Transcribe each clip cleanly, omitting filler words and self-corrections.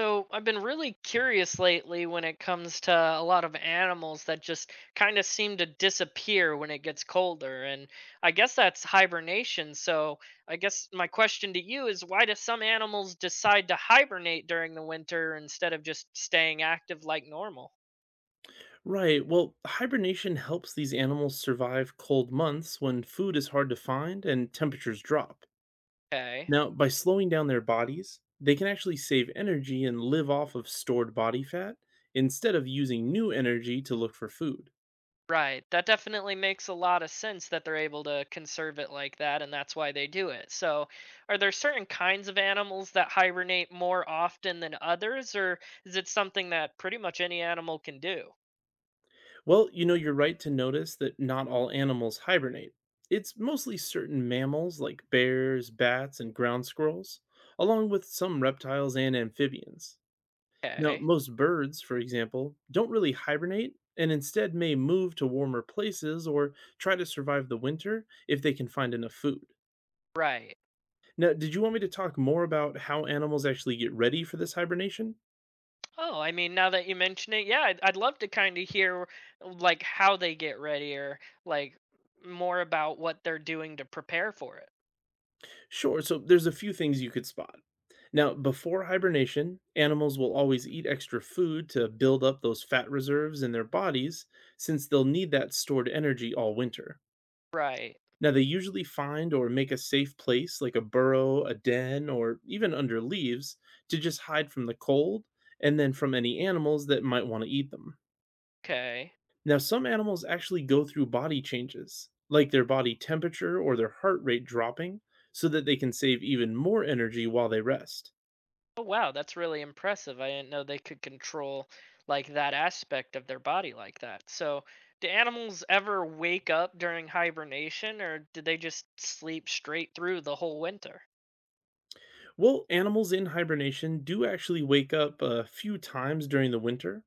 So I've been really curious lately when it comes to a lot of animals that just kind of seem to disappear when it gets colder. And I guess that's hibernation. So I guess my question to you is why do some animals decide to hibernate during the winter instead of just staying active like normal? Right. Well, hibernation helps these animals survive cold months when food is hard to find and temperatures drop. Okay. Now, by slowing down their bodies, they can actually save energy and live off of stored body fat instead of using new energy to look for food. Right. That definitely makes a lot of sense that they're able to conserve it like that, and that's why they do it. So, are there certain kinds of animals that hibernate more often than others, or is it something that pretty much any animal can do? Well, you know, you're right to notice that not all animals hibernate. It's mostly certain mammals like bears, bats, and ground squirrels, along with some reptiles and amphibians. Now, Okay. most birds, for example, don't really hibernate and instead may move to warmer places or try to survive the winter if they can find enough food. Right. Now, did you want me to talk more about how animals actually get ready for this hibernation? Oh, I mean, now that you mention it, yeah, I'd love to kind of hear like how they get ready, or like more about what they're doing to prepare for it. Sure, so there's a few things you could spot. Now, before hibernation, animals will always eat extra food to build up those fat reserves in their bodies since they'll need that stored energy all winter. Right. Now, they usually find or make a safe place like a burrow, a den, or even under leaves to just hide from the cold and then from any animals that might want to eat them. Okay. Now, some animals actually go through body changes, like their body temperature or their heart rate dropping, so that they can save even more energy while they rest. Oh wow, that's really impressive. I didn't know they could control like that aspect of their body like that. So, do animals ever wake up during hibernation, or do they just sleep straight through the whole winter? Well, animals in hibernation do actually wake up a few times during the winter.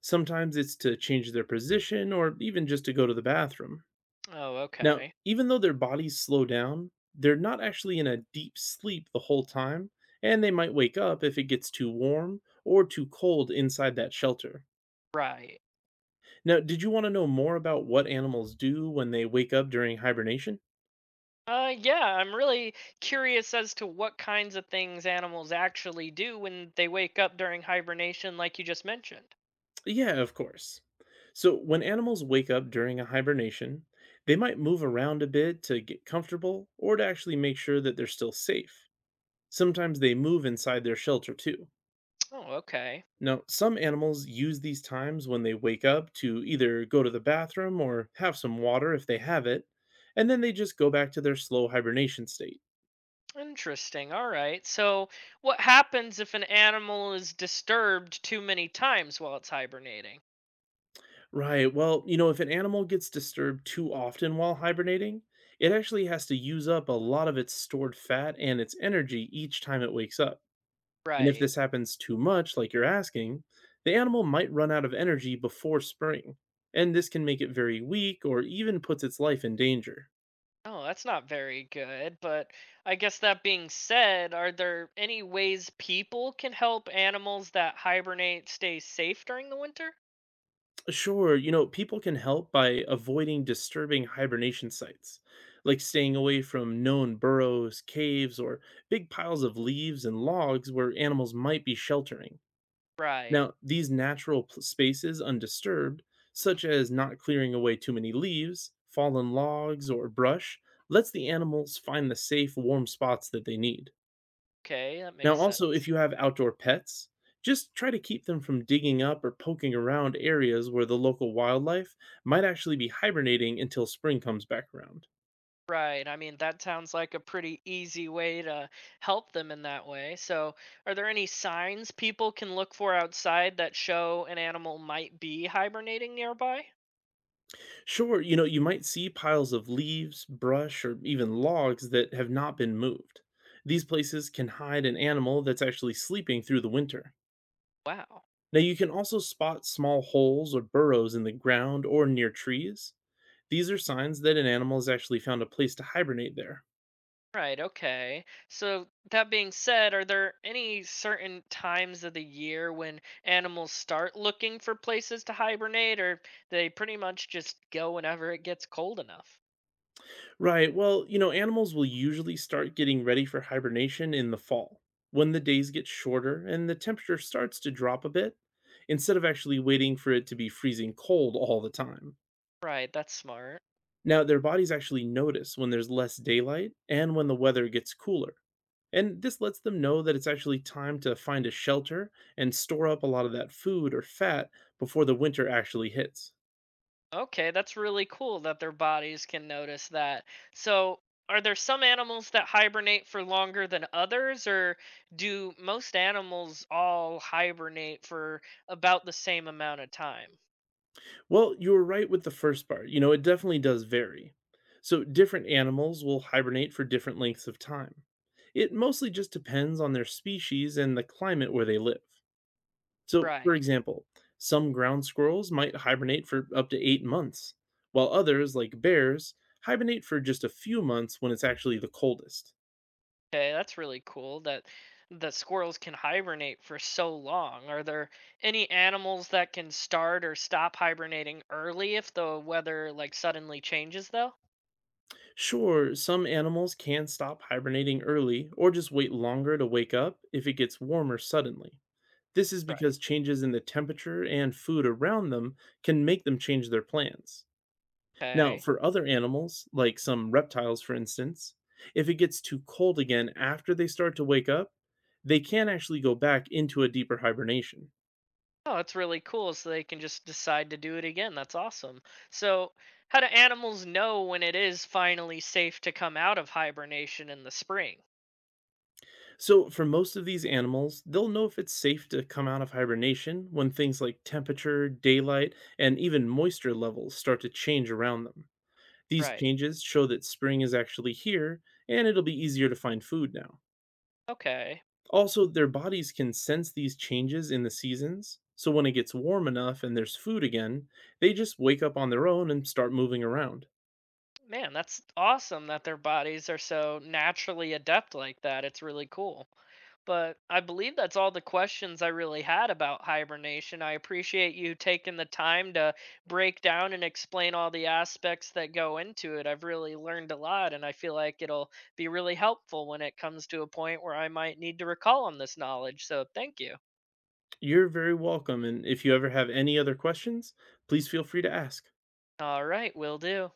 Sometimes it's to change their position or even just to go to the bathroom. Oh, Now, okay. even though their bodies slow down, they're not actually in a deep sleep the whole time, and they might wake up if it gets too warm or too cold inside that shelter. Right. Now, did you want to know more about what animals do when they wake up during hibernation? Yeah, I'm really curious as to what kinds of things animals actually do when they wake up during hibernation like you just mentioned. Yeah, of course. So, when animals wake up during a hibernation, they might move around a bit to get comfortable or to actually make sure that they're still safe. Sometimes they move inside their shelter too. Oh, okay. Now, some animals use these times when they wake up to either go to the bathroom or have some water if they have it, and then they just go back to their slow hibernation state. Interesting. All right. So, what happens if an animal is disturbed too many times while it's hibernating? Right, well, you know, if an animal gets disturbed too often while hibernating, it actually has to use up a lot of its stored fat and its energy each time it wakes up. And if Right. this happens too much, like you're asking, the animal might run out of energy before spring, and this can make it very weak or even puts its life in danger. Oh, that's not very good. But I guess that being said, are there any ways people can help animals that hibernate stay safe during the winter? Sure, you know, people can help by avoiding disturbing hibernation sites, like staying away from known burrows, caves, or big piles of leaves and logs where animals might be sheltering. Right. Now, these natural spaces undisturbed, such as not clearing away too many leaves, fallen logs, or brush, lets the animals find the safe, warm spots that they need. Okay, that Now, makes also, if sense. you have outdoor pets, just try to keep them from digging up or poking around areas where the local wildlife might actually be hibernating until spring comes back around. Right. I mean, that sounds like a pretty easy way to help them in that way. So, are there any signs people can look for outside that show an animal might be hibernating nearby? Sure, you know, you might see piles of leaves, brush, or even logs that have not been moved. These places can hide an animal that's actually sleeping through the winter. Wow. Now, you can also spot small holes or burrows in the ground or near trees. These are signs that an animal has actually found a place to hibernate there. Right. Okay. So, that being said, are there any certain times of the year when animals start looking for places to hibernate, or they pretty much just go whenever it gets cold enough? Right, well, you know, animals will usually start getting ready for hibernation in the fall, when the days get shorter and the temperature starts to drop a bit, instead of actually waiting for it to be freezing cold all the time. Right. That's smart. Now, their bodies actually notice when there's less daylight and when the weather gets cooler. And this lets them know that it's actually time to find a shelter and store up a lot of that food or fat before the winter actually hits. Okay, that's really cool that their bodies can notice that. So, are there some animals that hibernate for longer than others, or do most animals all hibernate for about the same amount of time? Well, you were right with the first part. You know, it definitely does vary. So, different animals will hibernate for different lengths of time. It mostly just depends on their species and the climate where they live. So, Right. for example, some ground squirrels might hibernate for up to 8 months, while others, like bears, hibernate for just a few months when it's actually the coldest. Okay, that's really cool that the squirrels can hibernate for so long. Are there any animals that can start or stop hibernating early if the weather like suddenly changes though? Sure, some animals can stop hibernating early or just wait longer to wake up if it gets warmer suddenly. This is Right. because changes in the temperature and food around them can make them change their plans. Now, Okay. for other animals, like some reptiles for instance, if it gets too cold again after they start to wake up, they can actually go back into a deeper hibernation. Oh, that's really cool. So they can just decide to do it again. That's awesome. So, how do animals know when it is finally safe to come out of hibernation in the spring? So, for most of these animals, they'll know if it's safe to come out of hibernation when things like temperature, daylight, and even moisture levels start to change around them. These Right. changes show that spring is actually here and it'll be easier to find food now. Okay. Also, their bodies can sense these changes in the seasons, so when it gets warm enough and there's food again, they just wake up on their own and start moving around. Man, that's awesome that their bodies are so naturally adept like that. It's really cool. But I believe that's all the questions I really had about hibernation. I appreciate you taking the time to break down and explain all the aspects that go into it. I've really learned a lot, and I feel like it'll be really helpful when it comes to a point where I might need to recall on this knowledge. So thank you. You're very welcome, and if you ever have any other questions, please feel free to ask. All right, will do.